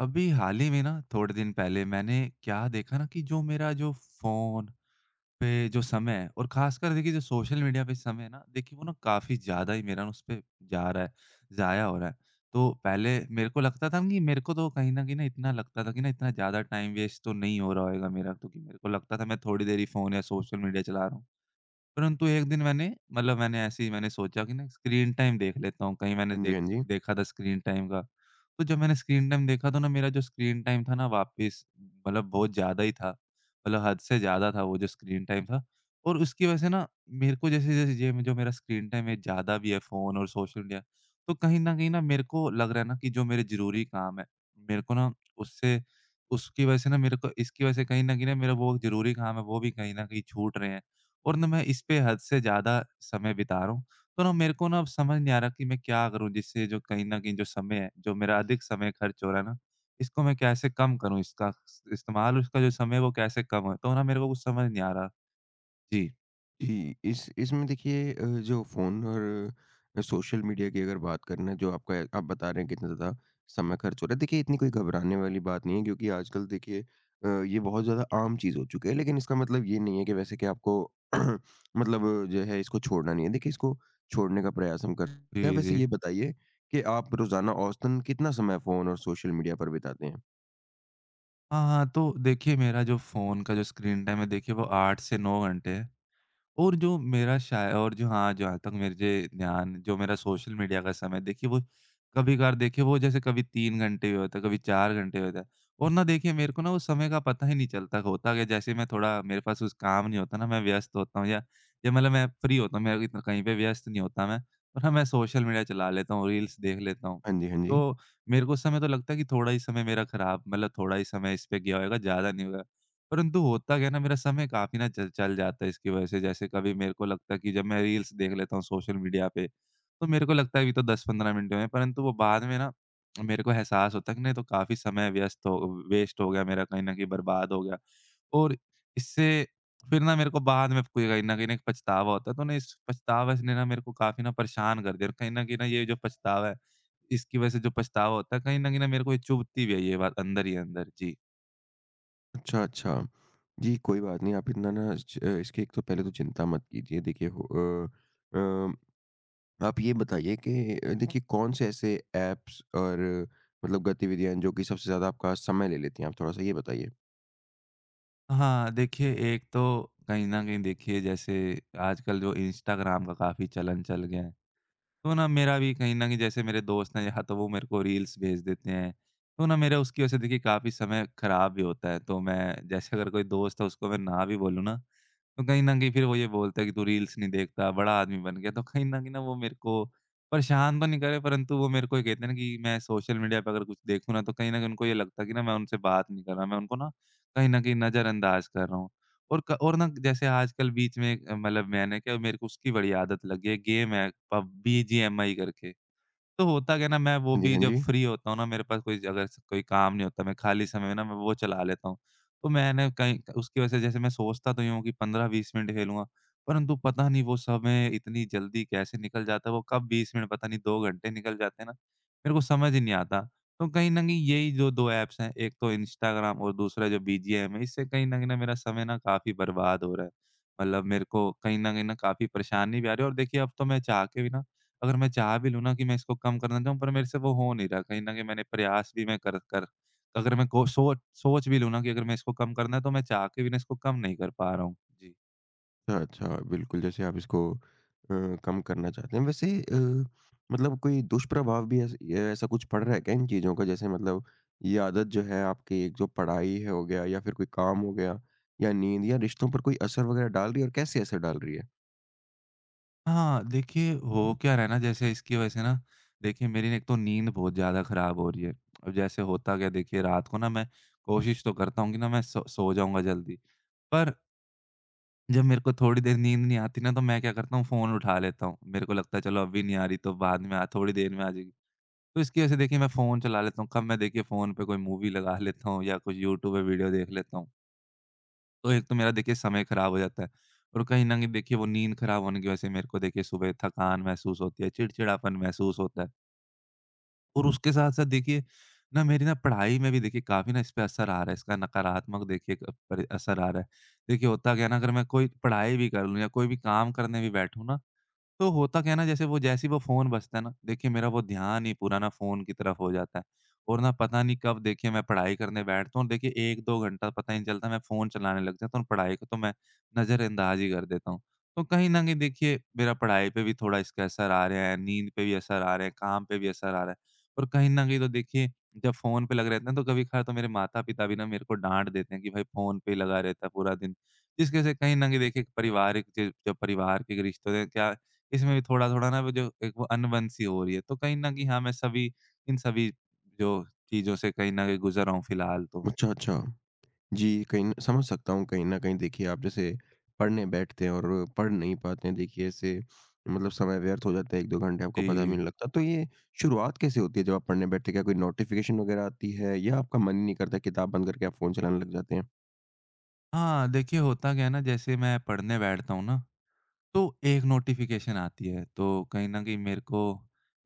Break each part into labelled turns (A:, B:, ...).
A: अभी हाल ही में ना थोड़े दिन पहले मैंने क्या देखा ना कि जो मेरा जो फ़ोन पे जो समय है और ख़ासकर देखिए जो सोशल मीडिया पे समय है ना, देखिए वो ना काफ़ी ज़्यादा ही मेरा ना उस पे जा रहा है, ज़ाया हो रहा है। तो पहले मेरे को लगता था ना कि मेरे को तो कहीं न कहीं ना इतना लगता था कि ना इतना ज़्यादा टाइम वेस्ट तो नहीं हो रहा होएगा मेरा, तो कि मेरे को लगता था मैं थोड़ी देर ही फ़ोन या सोशल मीडिया चला रहा हूँ। परंतु एक दिन मैंने, मतलब मैंने ऐसे ही मैंने सोचा कि ना स्क्रीन टाइम देख लेता हूँ, कहीं मैंने
B: हाँ जी, हाँ जी।
A: देखा था स्क्रीन टाइम का। तो जब मैंने स्क्रीन टाइम देखा तो ना मेरा जो स्क्रीन टाइम था ना वापस, मतलब बहुत ज़्यादा ही था, मतलब हद से ज़्यादा था वो जो स्क्रीन टाइम था। और उसकी वजह से ना मेरे को जैसे-जैसे ये जो मेरा स्क्रीन टाइम है ज़्यादा भी है फ़ोन और सोशल मीडिया, तो कहीं न कहीं ना मेरे को लग रहा है ना कि जो मेरे ज़रूरी काम है, मेरे को ना उससे उसकी वजह से, ना मेरे को इसकी वजह से कहीं न कहीं ना मेरा वो ज़रूरी काम है वो भी कहीं न कहीं छूट रहे हैं। और ना मैं इस पे हद से ज़्यादा समय बिता रहा हूँ। तो ना मेरे को ना अब समझ नहीं आ रहा कि मैं क्या करूँ, जिससे जो कहीं न कहीं जो समय है, जो मेरा अधिक समय खर्च हो रहा है ना, इसको मैं कैसे कम करूँ, इसका इस इस्तेमाल उसका जो समय है वो कैसे कम हो? तो ना मेरे को कुछ समझ नहीं आ रहा। जी।
B: जी, इस इसमें देखिए जो फ़ोन और सोशल मीडिया की अगर बात करें ना जो आपका आप बता रहे हैं कितना ज़्यादा समय खर्च हो रहा है। देखिए इतनी कोई घबराने वाली बात नहीं है, क्योंकि आजकल देखिए ये बहुत ज़्यादा आम चीज़ हो चुकी है। लेकिन इसका मतलब ये नहीं है कि वैसे कि आपको मतलब जो है इसको छोड़ना नहीं है। देखिए इसको छोड़ने का प्रयास हम कर सकते हैं।
A: जी,
B: वैसे
A: जी।
B: ये बताइए कि आप रोज़ाना औसतन कितना समय फ़ोन और सोशल मीडिया पर बिताते हैं?
A: हाँ, हाँ। तो देखिए मेरा जो फ़ोन का जो स्क्रीन टाइम है देखिए वो 8 से 9 घंटे है। और जो मेरा शाय और जो हाँ, जहाँ तक मुझे ध्यान जो मेरा सोशल मीडिया का समय देखिए वो कभी-कभार, देखिए वो जैसे कभी 3 घंटे भी होता है, कभी 4 घंटे होता है। और ना देखिए मेरे को ना उस समय का पता ही नहीं चलता होता क्या, जैसे मैं थोड़ा मेरे पास उस काम नहीं होता ना, मैं व्यस्त होता हूँ या मतलब मैं फ्री होता हूँ, मैं इतना कहीं पे व्यस्त नहीं होता मैं, और हाँ, मैं सोशल मीडिया चला लेता हूँ, रील्स देख लेता हूँ।
B: हाँ जी, हाँ जी।
A: तो मेरे को उस समय तो लगता है कि थोड़ा ही समय मेरा खराब, मतलब थोड़ा ही समय इस पे गया होगा, ज़्यादा नहीं होगा। परंतु होता क्या है ना, मेरा समय काफ़ी ना चल चल जाता है इसकी वजह से। जैसे कभी मेरे को लगता है कि जब मैं रील्स देख लेता हूँ सोशल मीडिया पे, तो मेरे को लगता है अभी तो 10-15 मिनट हुए हैं, परंतु वो बाद में ना मेरे को एहसास होता है कि नहीं, तो काफ़ी समय व्यस्त हो वेस्ट हो गया मेरा, कहीं न कहीं बर्बाद हो गया। और इससे फिर ना मेरे को बाद में कोई कहीं न कहीं ना एक पछतावा होता है, तो ना इस पछतावे से ने ना मेरे को काफ़ी ना परेशान कर दिया और कहीं न कहीं ना ये जो पछतावा है, इसकी वजह से जो पछतावा होता है, कहीं न कहीं ना मेरे को ये चुभती भी है ये बात अंदर ही अंदर। जी।
B: अच्छा, अच्छा। जी, कोई बात नहीं। आप इतना ना इसकी एक तो पहले तो चिंता मत कीजिए। देखिए अम, आप ये बताइए कि देखिए कौन से ऐसे ऐप्स और मतलब गतिविधियाँ हैं, जो कि सबसे ज़्यादा आपका समय ले लेती हैं? आप थोड़ा-सा ये बताइए।
A: हाँ, देखिए एक तो कहीं न कहीं देखिए जैसे आजकल जो इंस्टाग्राम का काफ़ी चलन चल गया है। तो ना मेरा भी कहीं न कहीं जैसे मेरे दोस्त हैं, या तो वो मेरे को रील्स भेज देते हैं, तो ना मेरा उसकी वजह से देखिए काफ़ी समय खराब भी होता है। तो मैं जैसे अगर कोई दोस्त है उसको मैं ना भी बोलूँ ना, तो कहीं न कहीं फिर वो ये बोलता है कि तू रील्स नहीं देखता, बड़ा आदमी बन गया। तो कहीं न कहीं ना वो मेरे को परेशान तो नहीं करे परंतु वो मेरे को ये कहते हैं ना कि मैं सोशल मीडिया पे अगर कुछ देखूँ ना, तो कहीं न कहीं उनको ये लगता है कि ना मैं उनसे बात नहीं कर रहा, मैं उनको ना कहीं न कहीं नज़रअंदाज कर रहा हूँ। और क और ना जैसे आजकल बीच में मतलब मैंने क्या मेरे को उसकी बड़ी आदत लग गई है, गेम है पब बीजीएमआई करके। तो होता क्या है ना मैं वो
B: हाँ जी,
A: भी
B: हाँ
A: जब
B: जी।
A: फ्री होता हूँ ना, मेरे पास कोई अगर कोई काम नहीं होता, मैं खाली समय में ना मैं वो चला लेता हूँ। तो मैंने कहीं उसकी वजह से जैसे मैं सोचता तो यूँ हूँ कि 15-20 मिनट खेलूँगा, परंतु पता नहीं वो समय इतनी जल्दी कैसे निकल जाता है, वो कब 20 मिनट पता नहीं 2 घंटे निकल जाते हैं ना, मेरे को समझ ही नहीं आता। तो कहीं न कहीं यही जो 2 ऐप्स हैं, एक तो इंस्टाग्राम और दूसरा जो बीजीएम है, इससे कहीं न कहीं ना मेरा समय ना काफ़ी बर्बाद हो रहा है। मतलब मेरे को कहीं न कहीं ना काफ़ी परेशानी भी आ रही है और देखिए अब तो मैं चाह के भी ना, अगर मैं चाह भी लूँ ना कि मैं इसको कम करना चाहूँ, पर मेरे से वो हो नहीं रहा। कहीं न कहीं मैंने प्रयास भी मैं कर कर अगर मैं को सोच सोच भी लूँ ना कि अगर मैं इसको कम करना है, तो मैं चाह के भी ना इसको कम नहीं कर पा रहा हूँ। जी।
B: अच्छा, अच्छा, बिल्कुल, जैसे आप इसको कम करना चाहते हैं। वैसे मतलब कोई दुष्प्रभाव भी ऐस ए ऐसा कुछ पड़ रहा है क्या इन चीज़ों का? जैसे मतलब ये आदत जो है आपकी, एक जो पढ़ाई है हो गया या फिर कोई काम हो गया या नींद या रिश्तों पर कोई असर वगैरह डाल रही है, और कैसे असर डाल रही है?
A: हाँ, देखिए हो क्या रहा है ना, जैसे इसकी वजह से ना देखिए मेरी ना एक तो नींद बहुत ज़्यादा खराब हो रही है। अब जैसे होता क्या है, देखिए रात को ना मैं कोशिश तो करता हूँ कि ना मैं सो जाऊँगा जल्दी, पर जब मेरे को थोड़ी देर नींद नहीं आती ना, तो मैं क्या करता हूँ, फ़ोन उठा लेता हूँ। मेरे को लगता है चलो अभी नहीं आ रही तो बाद में आ थोड़ी देर में आ जाएगी। तो इसकी वजह से देखिए मैं फ़ोन चला लेता हूँ, कब मैं देखिए फ़ोन पे कोई मूवी लगा लेता हूँ या कुछ यूट्यूब पे वीडियो देख लेता हूँ। तो एक तो मेरा देखिए समय ख़राब हो जाता है और कहीं न कहीं देखिए वो नींद ख़राब होने की वजह से मेरे को देखिए सुबह थकान महसूस होती है, चिड़चिड़ापन महसूस होता है और उसके साथ-साथ देखिए ना मेरी ना पढ़ाई में भी देखिए काफ़ी ना इस पे असर आ रहा है, इसका नकारात्मक देखिए एक पर असर आ रहा है। देखिए होता क्या है ना, अगर मैं कोई पढ़ाई भी कर लूँ या कोई भी काम करने भी बैठूँ ना, तो होता क्या है ना, जैसे वो जैसे ही वो फ़ोन बजता है ना, देखिए मेरा वो ध्यान ही पूरा ना फ़ोन की तरफ हो जाता है और ना पता नहीं कब देखिए मैं पढ़ाई करने बैठता हूँ और देखिए 1-2 घंटा पता ही नहीं चलता, मैं फ़ोन चलाने लग जाता हूँ और पढ़ाई को तो मैं नज़रअंदाज ही कर देता हूँ। तो कहीं न कहीं देखिए मेरा पढ़ाई पे भी थोड़ा इसका असर आ रहा है, नींद पे भी असर आ रहा है, काम पे भी असर आ रहा है और कहीं न कहीं तो देखिए जब फ़ोन पे लगे रहते हैं तो कभी-कभार तो मेरे माता-पिता भी ना मेरे को डाँट देते हैं कि भाई फ़ोन पे ही लगा रहता है पूरा दिन। जिसकी वज़ह से कहीं न कहीं देखिए पारिवारिक जो जो परिवार के रिश्ते हैं क्या, इसमें भी थोड़ा-थोड़ा ना वो जो एक वो अनबन सी हो रही है। तो कहीं न कहीं हाँ, मैं सभी इन सभी जो चीज़ों से कहीं न कहीं गुज़र रहा हूँ फिलहाल तो।
B: अच्छा, अच्छा। जी, कहीं न समझ सकता हूँ, कहीं न कहीं देखिए आप जैसे पढ़ने बैठते हैं और पढ़ नहीं पाते हैं, देखिए ऐसे मतलब समय व्यर्थ हो जाता है, 1-2 घंटे आपको पता
A: जी।
B: भी नहीं लगता। तो ये शुरुआत कैसे होती है जब आप पढ़ने बैठते हैं? क्या कोई नोटिफ़िकेशन वग़ैरह आती है या आपका मन ही नहीं करता, किताब बंद करके आप फ़ोन चलाने लग जाते हैं?
A: हाँ, देखिए होता क्या है ना, जैसे मैं पढ़ने बैठता हूँ ना, तो एक नोटिफ़िकेशन आती है, तो कहीं न कहीं मेरे को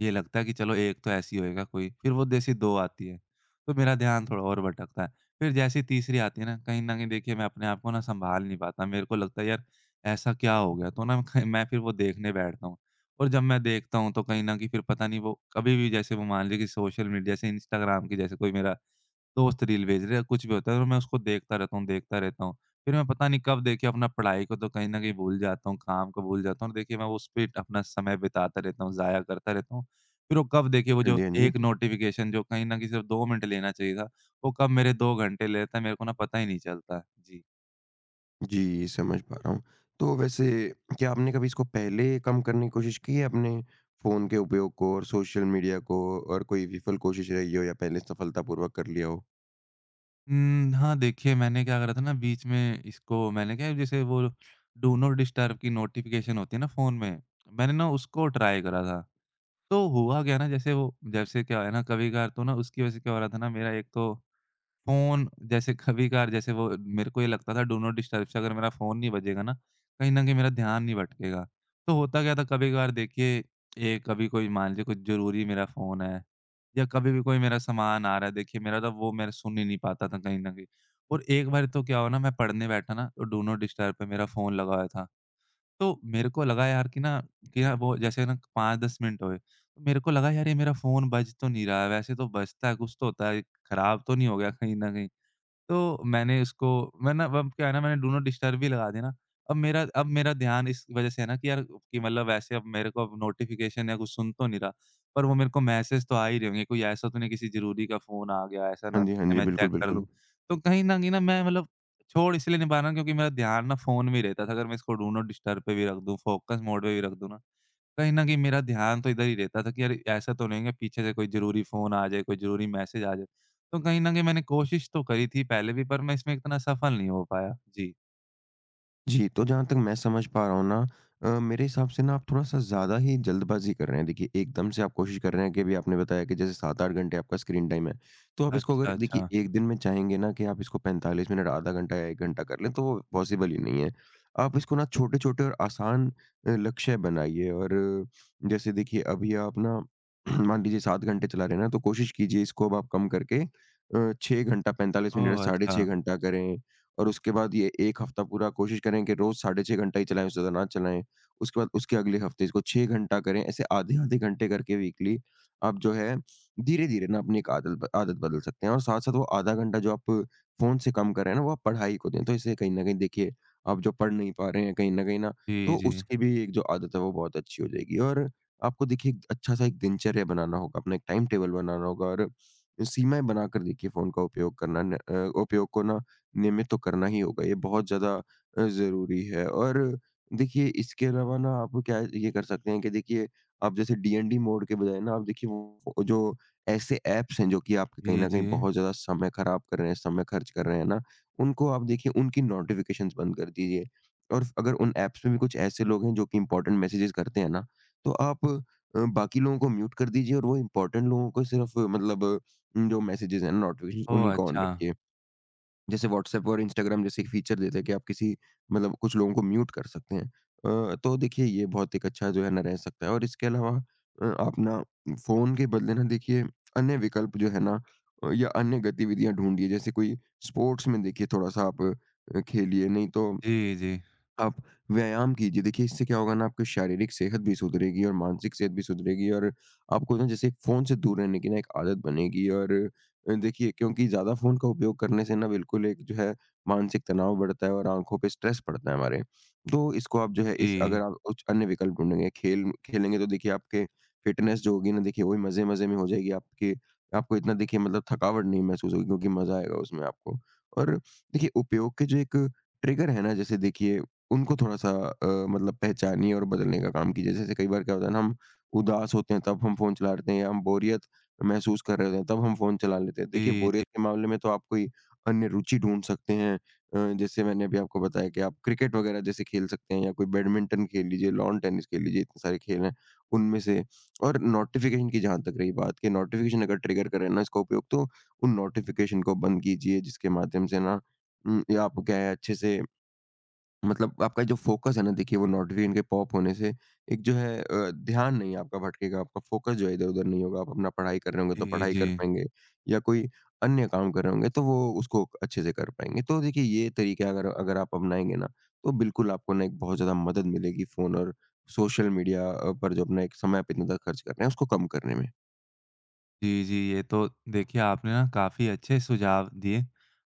A: ये लगता है कि चलो एक तो ऐसे ही होएगा कोई, फिर वो जैसे ही 2 आती है, तो मेरा ध्यान थोड़ा और भटकता है। फिर जैसे ही तीसरी आती है ना, कहीं न कहीं देखिए मैं अपने आप को ना सँभाल नहीं पाता, मेरे को लगता है यार ऐसा क्या हो गया? तो ना ख मैं फिर वो देखने बैठता हूँ और जब मैं देखता हूँ तो कहीं न कहीं फिर पता नहीं, वो कभी भी जैसे वो मान लीजिए कि सोशल मीडिया जैसे इंस्टाग्राम की जैसे कोई मेरा दोस्त रील भेज रहे हैं, कुछ भी होता है तो मैं उसको देखता रहता हूँ, देखता रहता हूँ। फिर मैं पता नहीं कब देखिए अपना पढ़ाई को तो कहीं न कहीं भूल जाता हूँ, काम को भूल जाता हूँ और देखिए मैं उस पे अपना समय बिताता रहता हूँ, ज़ाया करता रहता हूँ। फिर वो कब देखिए वो
B: हाँ
A: जो
B: जी, हाँ जी।
A: एक नोटिफ़िकेशन जो कहीं न कहीं सिर्फ़ 2 मिनट लेना चाहिए था, वो कब मेरे 2 घंटे ले लेता है, मेरे को ना पता ही नहीं चलता। जी।
B: जी, समझ पा रहा हूँ। तो वैसे क्या आपने कभी इसको पहले कम करने की कोशिश की है, अपने फ़ोन के उपयोग को और सोशल मीडिया को, और कोई विफल कोशिश रही हो या पहले सफलतापूर्वक कर लिया हो?
A: हाँ, देखिए मैंने क्या करा था ना बीच में इसको, मैंने क्या जैसे वो डू नॉट डिस्टर्ब की नोटिफ़िकेशन होती है ना फ़ोन में, मैंने ना उसको ट्राई करा था। तो हुआ क्या ना, जैसे वो जैसे क्या है ना, कभी-कभार तो ना उसकी वजह से क्या हो रहा था ना, मेरा एक तो फ़ोन जैसे कभी-कभार जैसे वो मेरे को ये लगता था डू नॉट डिस्टर्ब से अगर मेरा फ़ोन नहीं बजेगा ना, कहीं न कहीं मेरा ध्यान नहीं भटकेगा। तो होता क्या था, कभी-कभार देखिए ये कभी कोई मान लीजिए कुछ ज़रूरी मेरा फ़ोन है या कभी भी कोई मेरा सामान आ रहा है देखिए, मेरा तो वो मैं सुन ही नहीं पाता था कहीं न कहीं। और एक बार तो क्या हुआ ना, मैं पढ़ने बैठा ना तो डू नॉट डिस्टर्ब पे मेरा फ़ोन लगा हुआ था। तो मेरे को लगा यार कि ना वो जैसे ना 5-10 मिनट हुए। तो मेरे को लगा यार ये मेरा फ़ोन बज तो नहीं रहा है, वैसे तो बजता है, कुछ तो होता है, खराब तो नहीं हो गया कहीं न कहीं? तो मैंने उसको मैं ना अब क्या है ना, मैंने डू नॉट डिस्टर्ब भी लगा दिया ना, अब मेरा ध्यान इस वज़ह से है ना कि यार कि मतलब वैसे अब मेरे को अब नोटिफ़िकेशन या कुछ सुन तो नहीं रहा, पर वो मेरे को मैसेज तो आ ही रहे होंगे, कोई ऐसा तो नहीं किसी ज़रूरी का फ़ोन आ गया, ऐसा ना
B: हाँ जी, हाँ
A: पीछे
B: जी।
A: मैं
B: बिल्कुल,
A: चेक कर लूँ।
B: बिल्कुल।
A: तो कहीं न कहीं ना मैं मतलब छोड़ इसलिए नहीं पा रहा क्योंकि मेरा ध्यान ना फ़ोन में ही रहता था, अगर मैं इसको डू नॉट डिस्टर्ब पे भी रख दूँ, फ़ोकस मोड पे भी रख दूँ ना, कहीं न कहीं मेरा ध्यान तो इधर ही रहता था कि अरे, ऐसा तो नहीं है कि पीछे से कोई ज़रूरी फ़ोन आ जाए, कोई ज़रूरी मैसेज आ जाए। तो कहीं न कहीं मैंने कोशिश तो करी थी पहले भी पर मैं इसमें इतना सफल नहीं हो पाया। जी।
B: जी, तो जहाँ तक मैं समझ पा रहा हूँ ना, मेरे हिसाब से ना आप थोड़ा-सा ज़्यादा ही जल्दबाज़ी कर रहे हैं। देखिए, एकदम से आप कोशिश कर रहे हैं, कि अभी आपने बताया कि जैसे 7-8 घंटे आपका स्क्रीन टाइम है। तो आप इसको
A: अच्छा,
B: अगर देखिए,
A: अच्छा।
B: 1 दिन में चाहेंगे ना कि आप इसको 45 मिनट, आधा घंटा या 1 घंटा कर लें, तो वो पॉसिबल ही नहीं है। आप इसको ना छोटे-छोटे और आसान लक्ष्य बनाइए, और जैसे देखिए, अभी आप ना मान लीजिए 7 घंटे चला रहे हैं ना, तो कोशिश कीजिए इसको अब आप कम करके 6 घंटा, 45 मिनट या
A: ओह!
B: साढ़े
A: अच्छा।
B: 6 घंटा करें। और उसके बाद ये 1 हफ्ता पूरा कोशिश करें कि रोज़ साढ़े 6 घंटा ही चलाएँ, उससे ज़्यादा ना चलाएँ। उसके बाद उसके अगले हफ्ते इसको 6 घंटा करें। ऐसे आधे-आधे घंटे करके वीकली आप जो है धीरे-धीरे ना अपनी एक आदत बदल सकते हैं, और साथ-साथ वो आधा घंटा जो आप फ़ोन से कम कर रहे हैं ना, वो आप पढ़ाई को दें। तो इससे कहीं न कहीं देखिए, आप जो पढ़ नहीं पा रहे हैं कहीं न कहीं ना,
A: जी,
B: तो
A: जी।
B: उसकी भी एक जो आदत है वो बहुत अच्छी हो जाएगी। और आपको देखिए एक अच्छा-सा एक दिनचर्या बनाना होगा, अपना एक टाइम टेबल बनाना होगा, और सीमाएँ बनाकर देखिए फ़ोन का उपयोग करना न उपयोग को ना नियमित तो करना ही होगा। ये बहुत ज़्यादा ज़रूरी है। और देखिए इसके अलावा ना आप क्या ये कर सकते हैं कि देखिए आप जैसे डीएनडी मोड के बजाय ना, आप देखिए वो जो ऐसे ऐप्स हैं जो कि आपके कहीं
A: जी,
B: न कहीं
A: जी।
B: बहुत ज़्यादा समय खराब कर रहे हैं, समय खर्च कर रहे हैं ना, उनको आप देखिए उनकी नोटिफ़िकेशंस बंद कर दीजिए। और अगर उन ऐप्स में भी कुछ ऐसे लोग हैं जो कि इम्पोर्टेंट मैसेजेस करते हैं ना, तो आप बाकी लोगों को म्यूट कर दीजिए, और वो इम्पोर्टेंट लोगों को सिर्फ़ मतलब जो मैसेजेस हैं, नोटिफ़िकेशन
A: ओह!
B: उन्हीं को ऑन
A: अच्छा।
B: रखिए। जैसे व्हाट्सएप और इंस्टाग्राम जैसे फीचर देते हैं कि आप किसी मतलब कुछ लोगों को म्यूट कर सकते हैं। तो देखिए ये बहुत एक अच्छा जो है ना रह सकता है। और इसके अलावा आप ना फ़ोन के बदले ना, देखिए अन्य विकल्प जो है ना, या अन्य गतिविधियाँ ढूँढिए। जैसे कोई स्पोर्ट्स में देखिए थोड़ा-सा आप खेलिए, नहीं तो
A: जी, जी।
B: आप व्यायाम कीजिए। देखिए, इससे क्या होगा ना, आपकी शारीरिक सेहत भी सुधरेगी और मानसिक सेहत भी सुधरेगी, और आपको ना जैसे फ़ोन से दूर रहने की ना एक आदत बनेगी। और देखिए क्योंकि ज़्यादा फ़ोन का उपयोग करने से ना बिल्कुल एक जो है, मानसिक तनाव बढ़ता है, और आँखों पे स्ट्रेस पड़ता है हमारे। तो इसको आप जो है इस अगर
A: जी।
B: आप कुछ अन्य विकल्प ढूँढेंगे, खेल खेलेंगे, तो देखिए आपके फ़िटनेस जो होगी ना देखिए वही मज़े-मज़े में हो जाएगी। आपके आपको इतना देखिए मतलब थकावट नहीं महसूस होगी, क्योंकि मज़ा आएगा उसमें आपको। और देखिए उपयोग के जो एक ट्रिगर है ना, जैसे देखिए उनको थोड़ा-सा मतलब पहचानिए और बदलने का काम कीजिए। जैसे कई बार क्या होता है ना, हम उदास होते हैं, तब हम फ़ोन चला लेते हैं, या हम बोरियत महसूस कर रहे होते हैं, तब हम फ़ोन चला लेते हैं। देखिए,
A: जी, जी।
B: बोरियत के मामले में तो आप कोई अन्य रुचि ढूँढ सकते हैं। जैसे मैंने अभी आपको बताया कि आप क्रिकेट वगैरह जैसे खेल सकते हैं, या कोई बैडमिंटन खेल लीजिए, लॉन टेनिस खेल लीजिए, इतने सारे खेल हैं उनमें से। और नोटिफ़िकेशन की जहाँ तक रही बात, कि नोटिफ़िकेशन अगर ट्रिगर करें ना इसका उपयोग, तो उन नोटिफ़िकेशन को बंद कीजिए, जिसके माध्यम से ना या आप क्या है अच्छे से मतलब आपका जो फ़ोकस है ना देखिए वो नॉर्वे इनके पॉप होने से एक जो है ध्यान नहीं आपका भटकेगा, आपका फ़ोकस जो है इधर-उधर नहीं होगा, आप अपना पढ़ाई कर रहे होंगे तो
A: जी,
B: पढ़ाई
A: जी।
B: कर पाएँगे, या कोई अन्य काम कर रहे होंगे तो वो उसको अच्छे से कर पाएँगे। तो देखिए ये तरीके अगर अगर आप अपनाएँगे ना, तो बिल्कुल आपको ना एक बहुत ज़्यादा मदद मिलेगी, फ़ोन और सोशल मीडिया पर जो अपना एक समय आप इतना ज़्यादा खर्च कर रहे हैं उसको कम करने में।
A: जी, जी। ये तो देखिए आपने ना काफ़ी अच्छे सुझाव दिए।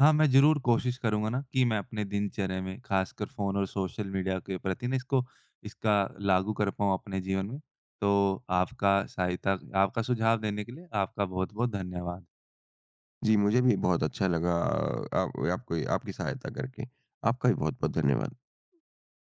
A: हाँ, मैं ज़रूर कोशिश करूँगा ना कि मैं अपने दिनचर्या में ख़ासकर फ़ोन और सोशल मीडिया के प्रति ना इसको इसका लागू कर पाऊँ अपने जीवन में। तो आपका सहायता आपका सुझाव देने के लिए आपका बहुत-बहुत धन्यवाद।
B: जी, मुझे भी बहुत अच्छा लगा आप आपको आपकी सहायता करके। आपका भी बहुत-बहुत धन्यवाद।